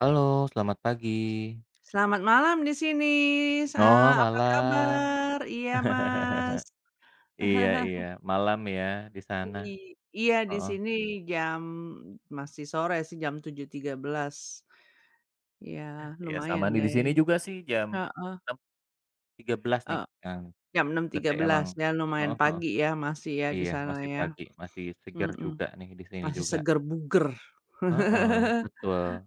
Halo, selamat pagi. Selamat malam di sini, Oh, apa malam. kabar? Iya, Mas. Iya iya, malam ya di sana. Iya, di Heeh. sini jam masih sore sih, jam 7.13. Iya, Iya, sama lumayan nih di deh. sini juga sih jam Heeh, 6.13 nih, eee, eee, jam enam tiga berarti belas, emang ya, lumayan heeh heeh. pagi ya, masih ya di Iya, sana masih ya. pagi, masih segar Mhm, juga nih di sini masih juga. seger buger. Heeh, betul.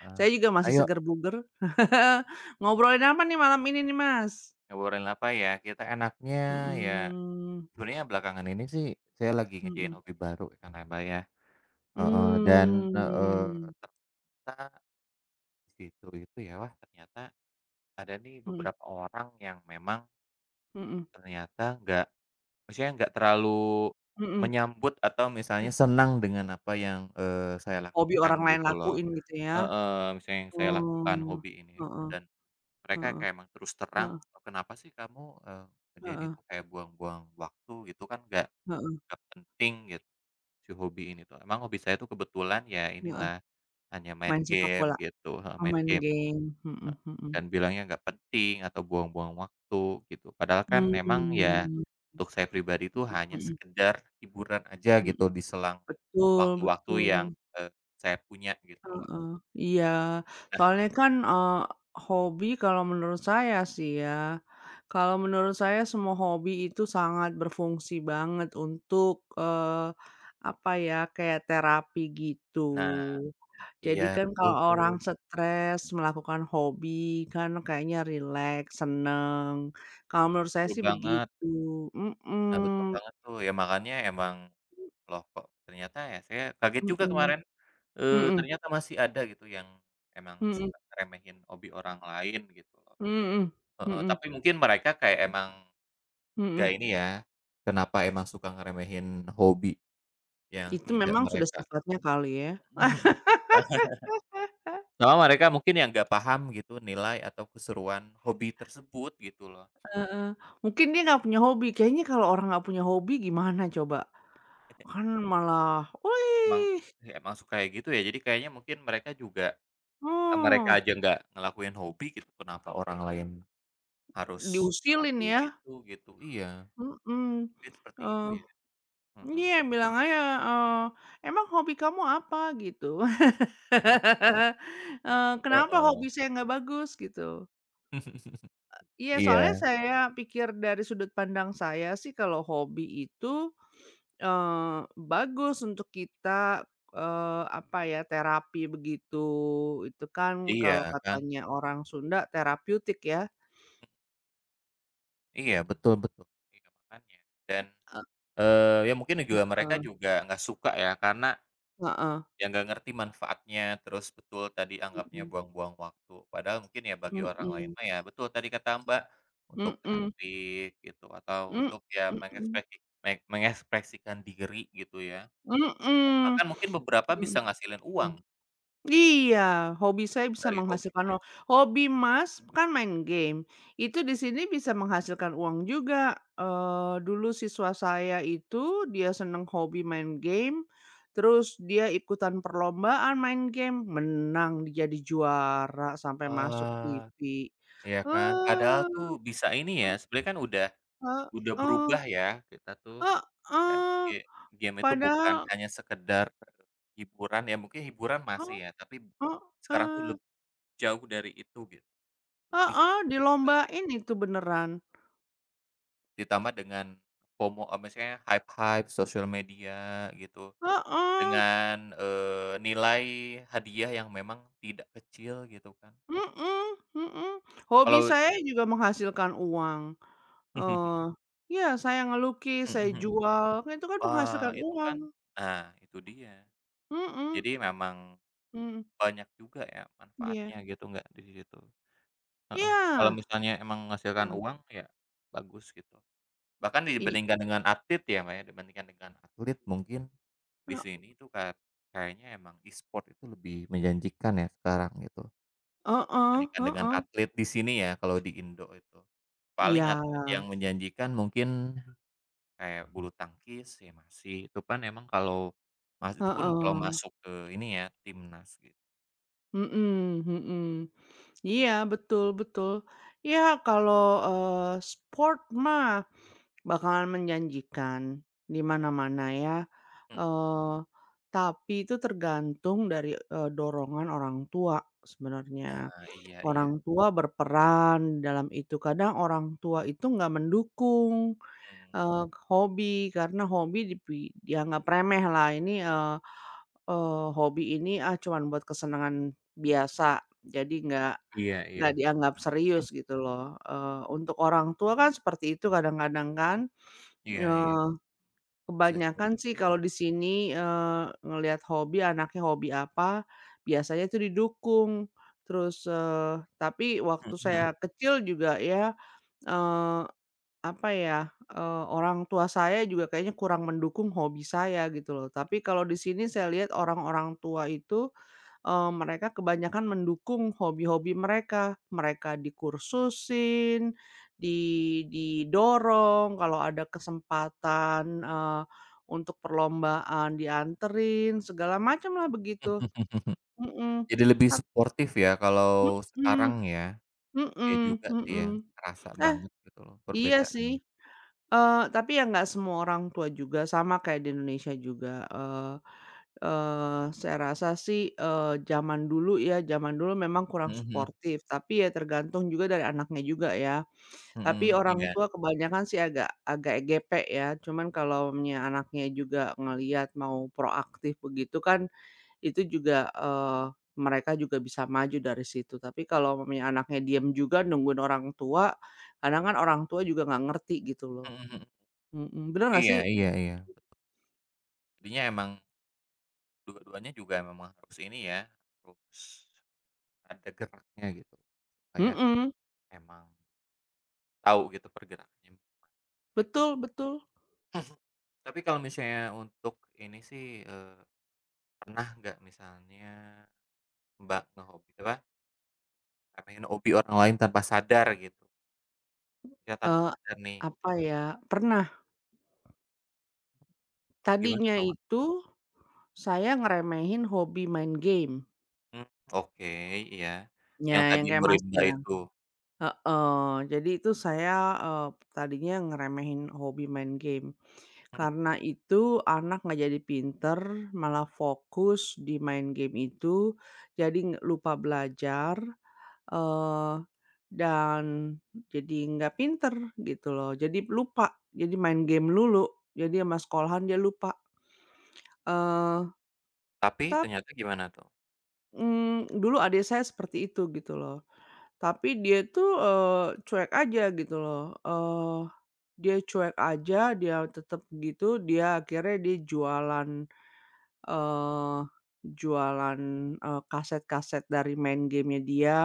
Heeh. Saya juga masih Ayo seger buger. Ngobrolin apa nih malam ini nih, Mas? ngobrolin apa ya? Kita enaknya ya Mhm, sebenarnya belakangan ini sih saya lagi ngerjain mhm. hobi baru kan ya, kan, Mbak, ya. Heeh, dan heeh, Mmm. ternyata di situ itu ya, wah ternyata ada nih Mhm, beberapa orang yang memang mhm, ternyata nggak maksudnya nggak terlalu mhm, menyambut atau misalnya mhm. senang dengan apa yang, saya Hobi lakukan orang lain gitu loh. lakuin gitu ya? Heeh, misalnya yang saya lakukan Oh, hobi ini gitu. heeh, Dan mereka heeh, kayak emang terus terang, heeh, "Oh, Kenapa sih kamu, ngerjain heeh, itu kayak buang-buang waktu gitu kan nggak heeh, nggak penting," gitu, "si hobi ini tuh." Emang hobi saya tuh kebetulan ya heeh. inilah, hanya main Main sepak game bola? gitu, heeh, Oh, main main game. game. Mhm, Eee, mhm. dan bilangnya nggak penting atau buang-buang waktu gitu. Padahal kan memang ya Mmm, untuk saya pribadi itu hanya mhm, sekedar hiburan aja gitu mhm. di selang Betul, waktu-waktu yang, betul. eee, saya punya gitu loh. Heeh, iya, Nah soalnya kan, hobi kalau menurut saya sih ya, kalau menurut saya semua hobi itu sangat berfungsi banget untuk, eee, apa ya, kayak terapi gitu. nah iya Jadi kan betul kalau tuh, orang stres melakukan hobi kan kayaknya rileks, seneng, kalau menurut saya betul sih banget. begitu. Mhm, Nah betul mhm, banget tuh, ya makanya emang loh kok ternyata ya saya kaget juga mhm, kemarin, mhm, ternyata masih ada gitu yang emang suka ngeremehin hobi orang lain gitu loh. mhm, Heeh, mhm, tapi mungkin mereka kayak emang gak mhm. ini ya, kenapa emang suka ngeremehin hobi yang Itu tidak memang sudah mereka. sifatnya kali ya. Mhm mhm. Nah, sama mereka mungkin yang nggak paham gitu nilai atau keseruan hobi tersebut gitu loh. Heeh. Mungkin dia nggak punya hobi, kayaknya kalau orang nggak punya hobi gimana coba? Kan malah, Emang "Wih, ya emang suka kayak gitu ya, jadi kayaknya mungkin mereka juga mereka oh," aja nggak ngelakuin hobi gitu, kenapa orang lain harus diusilin ngelakuin ya. itu gitu. Iya, Mhm, mungkin seperti itu eee, ya. Mhm. iya bilang aja, eee, "Emang hobi kamu apa?" Gitu. "Kenapa hobi Heeh. saya nggak bagus?" Gitu. Iya soalnya Iya saya pikir dari sudut pandang saya sih kalau hobi itu Eee, bagus untuk kita, apa ya, terapi begitu, itu kan kalau iya kan. katanya orang Sunda terapeutik ya. Iya, betul betul. Iya, makanya. Dan e ya mungkin juga mereka heeh, juga nggak suka ya, karena heeh, ya nggak ngerti manfaatnya, terus betul tadi anggapnya mhm, buang-buang waktu. Padahal mungkin ya bagi orang lain mhm, mah ya betul tadi kata Mbak, untuk mhm, mhm, terapi gitu atau mhm, untuk ya mhm, mengekspresikan diri gitu ya. mhm, mhm, Bahkan mungkin beberapa bisa ngasilin uang mhm. Iya, hobi saya bisa dari menghasilkan hobinya. uang. Hobi Mas kan main game, itu di sini bisa menghasilkan uang juga. Dulu siswa saya itu dia seneng hobi main game, terus dia ikutan perlombaan main game, menang dia jadi juara sampai masuk Wah, TV. iya kan? Padahal Eee, tuh bisa ini ya, sebenarnya kan udah heeh, udah heeh, berubah ya kita tuh. Kan, heeh, ge game itu bukan padahal hanya sekedar, eh, hiburan ya, mungkin hiburan masih heeh, ya, tapi heeh, sekarang tuh lebih jauh dari itu gitu, lebih heeh, jauh dari itu. dilombain itu beneran. Ditambah dengan FOMO, maksudnya hype-hype sosial media gitu, Heeh. dengan, nilai hadiah yang memang tidak kecil gitu kan. Mhm, mhm. Hobi Kalau saya juga menghasilkan uang, mhm eee, iya saya ngelukis, saya mhm. jual, kan itu kan Wah, menghasilkan itu kan uang. nah, itu dia. Mhm, Jadi memang mhm, banyak juga ya iya. manfaatnya gitu, nggak di situ. Heeh, kalau Iya, misalnya emang menghasilkan heeh, uang, ya bagus gitu. Bahkan i dibandingkan dengan atlet ya, Mbak, ya, dibandingkan dengan atlet mungkin di he sini itu kayaknya emang e-sport itu lebih menjanjikan ya sekarang gitu, heeh, dibandingkan dengan heeh, atlet di sini ya, kalau di Indo itu. Paling iya, atlet yang menjanjikan mungkin kayak bulu tangkis ya masih, itu kan emang kalau mas itu pun kalau heeh, masuk ke ini ya, timnas gitu. mhm, mhm. Mhm Iya, betul, betul. Ya kalau, sport mah bakalan menjanjikan, di mana-mana ya, mhm. eee, tapi itu tergantung dari, dorongan orang tua sebenarnya. Nah, iya iya, Orang tua berperan dalam itu, kadang orang tua itu nggak mendukung, mhm. eee, hobi, karena hobi dianggap remeh lah, ini, eee eee, hobi ini, ah, cuman buat kesenangan biasa, jadi nggak Iya nggak iya. dianggap serius gitu loh. Untuk orang tua kan seperti itu kadang-kadang kan. Iya iya, bisa jadi Kebanyakan sih itu. kalau di sini, ngelihat hobi, anaknya hobi apa, biasanya itu didukung. Terus, tapi waktu saya Mhm. kecil juga ya, eee, apa ya, orang tua saya juga kayaknya kurang mendukung hobi saya gitu loh. Tapi kalau di sini saya lihat orang-orang tua itu mereka kebanyakan mendukung hobi-hobi mereka. Mereka dikursusin, di didorong, kalau ada kesempatan, untuk perlombaan dianterin, segala macam lah begitu. Mhm. Jadi lebih Tap suportif ya kalau mhm, sekarang ya, ya mhm, juga sih mhm. ya, kerasa Eh, banget gitu loh iya sih, perbedaannya. Tapi ya nggak semua orang tua juga, sama kayak di Indonesia juga. Eh, saya rasa sih, zaman dulu ya, zaman dulu memang kurang Mhm mhm, suportif, tapi ya tergantung juga dari anaknya juga ya. mhm, Tapi orang iya, tua kebanyakan sih agak agak EGP ya, cuman kalaunya anaknya juga ngelihat mau proaktif begitu kan, itu juga, mereka juga bisa maju dari situ. Tapi kalau umpamanya anaknya diem juga nungguin orang tua, kadang kan orang tua juga nggak ngerti gitu loh. mhm mhm, Mhm, bener nggak iya sih? iya iya. Jadinya emang dua-duanya juga memang harus ini ya, harus ada geraknya gitu, kayak Mhm, emang tahu gitu pergerakannya gitu. betul, betul. Tapi kalau misalnya untuk ini sih, pernah nggak misalnya Mbak ngehobi apa, ngeremehin hobi orang lain tanpa sadar gitu? Ya, tanpa Eee, sadar nih. apa ya, pernah. Oh, gimana Tadinya tuh, Mbak? itu, saya ngeremehin hobi main game. Mmm, oke, iya. Yang Ya, tadi yang kayak murid Mas Mbak bilang. itu. Heeh, jadi itu saya, eee, tadinya ngeremehin hobi main game. Mhm Karena itu anak nggak jadi pinter, malah fokus di main game itu, mhm. jadi lupa belajar, eee, dan jadi nggak pinter gitu loh, jadi lupa, jadi main game lulu, jadi sama sekolahan dia lupa, eee, Tapi ternyata gimana tuh? mmm, dulu adik saya seperti itu gitu loh, tapi dia tuh, cuek aja gitu loh, dia cuek aja, dia tetep gitu, dia akhirnya dia jualan. Eee, jualan, kaset-kaset dari main gamenya dia,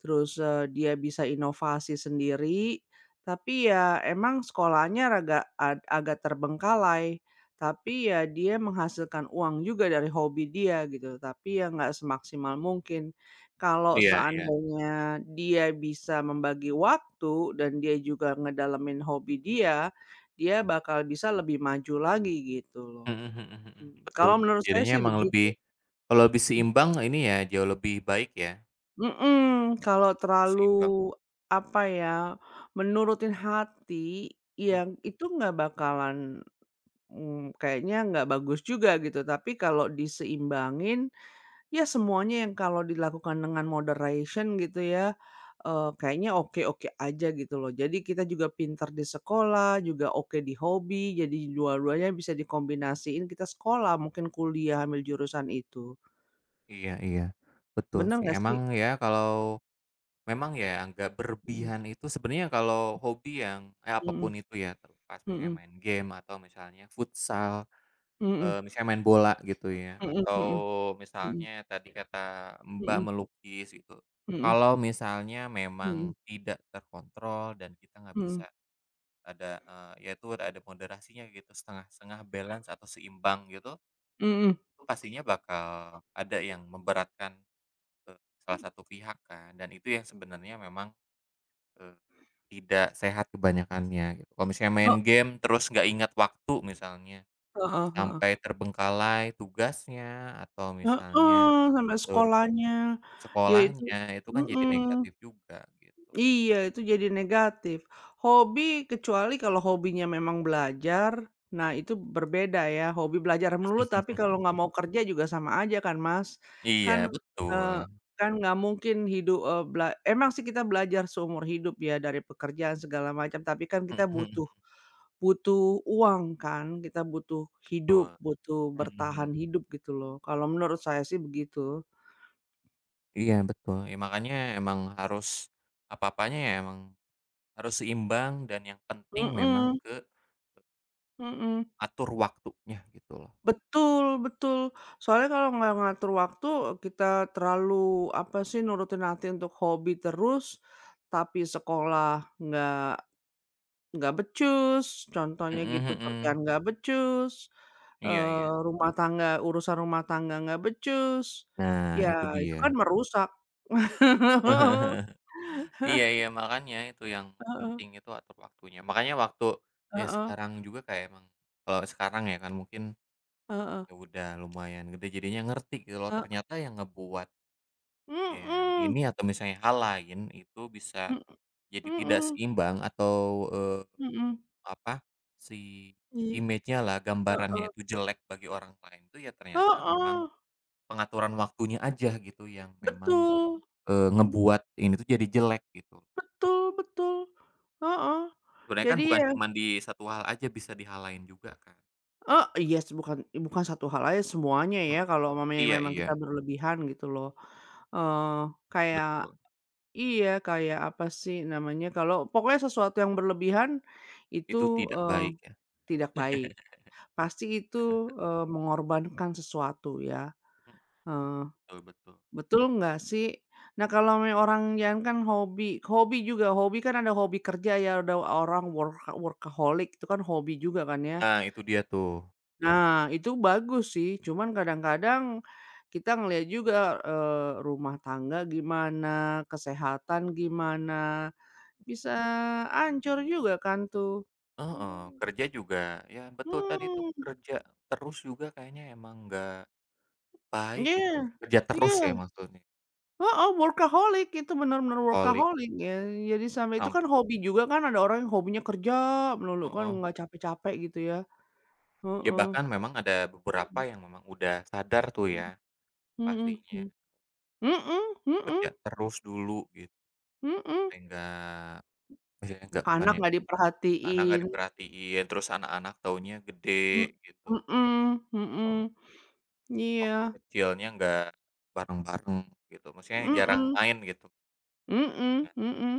terus, dia bisa inovasi sendiri, tapi ya emang sekolahnya raga ad agak terbengkalai, tapi ya dia menghasilkan uang juga dari hobi dia gitu, tapi ya nggak semaksimal mungkin. Kalau Iya iya. seandainya dia bisa membagi waktu dan dia juga ngedalamin hobi dia, dia bakal bisa lebih maju lagi gitu loh. Mhm mhm mhm. Mmm, Betul. kalau menurut saya Jadinya sih emang begitu. lebih kalau lebih seimbang ini ya jauh lebih baik ya, Mhm, kalau seimbang. terlalu, apa ya, menurutin hati, Mhm. yang itu nggak bakalan, mmm, kayaknya nggak bagus juga gitu. Tapi kalau diseimbangin, ya semuanya yang kalau dilakukan dengan moderation gitu ya, kayaknya oke-oke aja gitu loh. Jadi kita juga pintar di sekolah, juga oke di hobi, jadi dua-duanya bisa dikombinasiin kita sekolah, mungkin kuliah ambil jurusan itu. Iya iya. Betul Bener sih. nggak sih? Emang ya kalau memang ya agak Mhm. berlebihan itu sebenarnya kalau hobi yang apa pun Mhm, itu ya, terlepas misalnya mhm, main game atau misalnya futsal. mhm, Misalnya main bola gitu ya, mhm, atau mhm, mhm, misalnya tadi kata Mbak mhm, melukis gitu. mhm, Kalau misalnya memang tidak terkontrol dan kita nggak bisa mhm, ada, ya itu ada moderasinya gitu, setengah-setengah balance atau seimbang gitu, mhm, mhm, itu pastinya bakal ada yang memberatkan ke salah satu pihak kan, dan itu yang sebenarnya memang, eee, tidak sehat kebanyakannya gitu. Kalau misalnya he main game terus nggak ingat waktu misalnya heeh, heeh. sampai terbengkalai tugasnya atau misalnya, Heeh, sampai eee, sekolahnya, ya itu sekolahnya, itu kan jadi mhm. negatif juga gitu. Iya, itu jadi negatif. Hobi, kecuali kalau hobinya memang belajar, nah itu berbeda ya, hobi belajar melulu tapi kalau nggak mau kerja juga sama aja kan, Mas. Iya Kan, betul, eee, kan nggak mungkin hidup, emang sih kita belajar seumur hidup ya dari pekerjaan segala macam, tapi kan mhm kita mhm butuh butuh uang kan, kita butuh hidup, butuh mhm mhm. bertahan hidup gitu loh, kalau menurut saya sih begitu. Iya betul, ya makanya emang harus apa-apanya ya emang harus seimbang dan yang penting memang Mhm, ke mhm. atur waktunya gitu loh. Betul, betul. Soalnya kalau nggak ngatur waktu, kita terlalu, apa sih, nurutin hati untuk hobi terus, tapi sekolah nggak nggak becus, contohnya Mhm gitu, kerjaan mhm, nggak becus, iya iya. rumah tangga urusan rumah tangga nggak becus, Nah ya itu itu dia. kan merusak. Iya iya, makanya itu yang Heeh, penting itu atur waktunya. Makanya waktu ya heeh, sekarang juga kayak emang kalau sekarang ya kan mungkin heeh, ya udah lumayan gede jadinya ngerti gitu loh, he ternyata yang ngebuat game mhm, ini atau misalnya hal lain itu bisa mhm, jadi tidak mhm, seimbang atau, eee, mhm, apa, si i image-nya lah, gambarannya heeh, itu jelek bagi orang lain itu ya ternyata memang heeh. pengaturan waktunya aja gitu yang memang, Betul, ngebuat ini tuh jadi jelek gitu. betul, betul, heeh. Sebenarnya kan Jadi bukan ya cuman di satu hal aja bisa di hal lain juga kan. heeh, yes, bukan bukan satu hal aja, semuanya ya Mhm, kalau mamanya iya memang iya, kita berlebihan gitu loh. Kayak betul. iya, kayak apa sih namanya, kalau pokoknya sesuatu yang berlebihan Itu itu, tidak eee, baik ya. tidak baik. Pasti itu, mengorbankan sesuatu ya. Mhm, eee betul betul. Betul nggak sih? Nah, kalau orang yang kan hobi hobi juga, hobi kan ada hobi kerja ya, ada orang workaholic itu kan hobi juga kan ya. Nah itu dia tuh. Nah, itu bagus sih, cuman kadang-kadang kita ngelihat juga, rumah tangga gimana, kesehatan gimana, bisa hancur juga kan tuh. Heeh, Hmm, kerja juga ya betul tadi tuh kerja terus juga kayaknya emang nggak mhm, baik gitu, kerja iya, terus ya iya. maksudnya, Heeh, workaholic itu benar-benar workaholic workaholic ya, jadi sampai itu sam kan hobi juga kan ada orang yang hobinya kerja melulu kan heeh. nggak capek-capek gitu ya, Ya heeh, bahkan memang ada beberapa yang memang udah sadar tuh ya mhm, pastinya, mhm, mhm, kerja terus dulu gitu, mhm, mhm, sehingga maksudnya nggak bukan anak ya nggak karena nggak diperhatiin, diperhatiin, terus anak-anak taunya gede mmm, gitu, mhm, mhm, eee, waktu iya, kecilnya nggak bareng-bareng gitu, maksudnya jarang mhm, main gitu mhm, dengan mhm,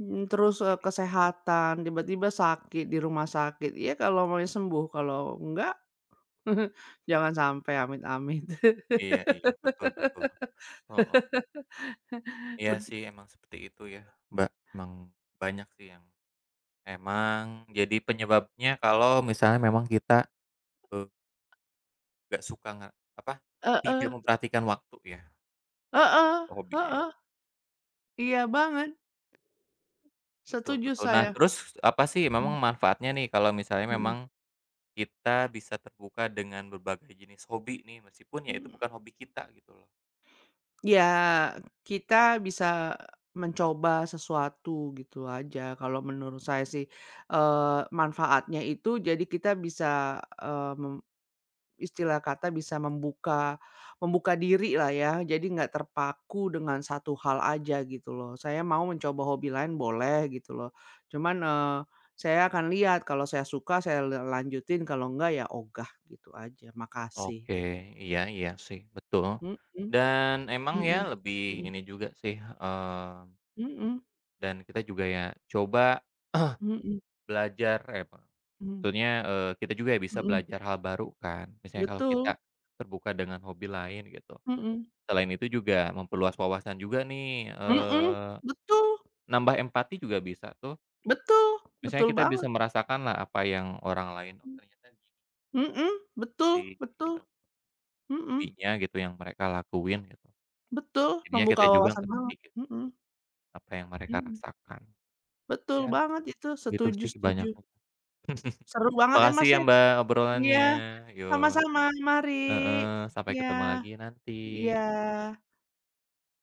mmm, terus, kesehatan tiba-tiba sakit di rumah sakit ya kalau maunya sembuh kalau enggak, jangan sampai amit-amit. iya iya, betul betul, heeh. Iya bet sih emang seperti itu ya, Mbak, emang banyak sih yang emang jadi penyebabnya kalau misalnya memang kita, eee, nggak suka apa, tidak Heeh, memperhatikan waktu ya, heeh, hobinya heeh, itu, iya banget, betul setuju betul. Nah saya. terus apa sih memang Mhm, manfaatnya nih kalau misalnya mhm. memang kita bisa terbuka dengan berbagai jenis hobi nih, meskipun ya itu Mhm, bukan hobi kita gitu loh. ya kita bisa mencoba sesuatu gitu aja kalau menurut saya sih, manfaatnya itu jadi kita bisa, eee, mem istilah kata bisa membuka membuka diri lah ya, jadi nggak terpaku dengan satu hal aja gitu loh. Saya mau mencoba hobi lain boleh gitu loh. Cuman, saya akan lihat kalau saya suka saya lanjutin kalau enggak ya ogah gitu aja, makasih Oke, gitu. iya iya sih, betul. Mhm, Dan emang ya mhm, lebih mhm, ini juga sih, mhm, dan kita juga ya coba mhm, belajar, mhm, maksudnya, kita juga ya bisa mhm. belajar hal baru kan. Misalnya kalau Betul, kita terbuka dengan hobi lain gitu. mhm, Selain itu juga memperluas wawasan juga nih, mhm, betul, nambah empati juga bisa tuh. betul, Misalnya betul kita bisa banget, merasakan lah apa yang orang lain, oh ternyata mhm, betul, Si, betul, eee, mhm. hobinya gitu yang mereka lakuin gitu, Betul, jadinya membuka kita juga wawasan ngerti banget, gitu mhm, apa yang mereka mhm, rasakan. betul Ya banget itu, gitu setuju, sih setuju. banyaknya. Seru banget ya Makasih Mas ya ya. Mbak Iya, obrolannya. Yo sama-sama, mari. heeh, sampai Iya, ketemu lagi nanti. iya.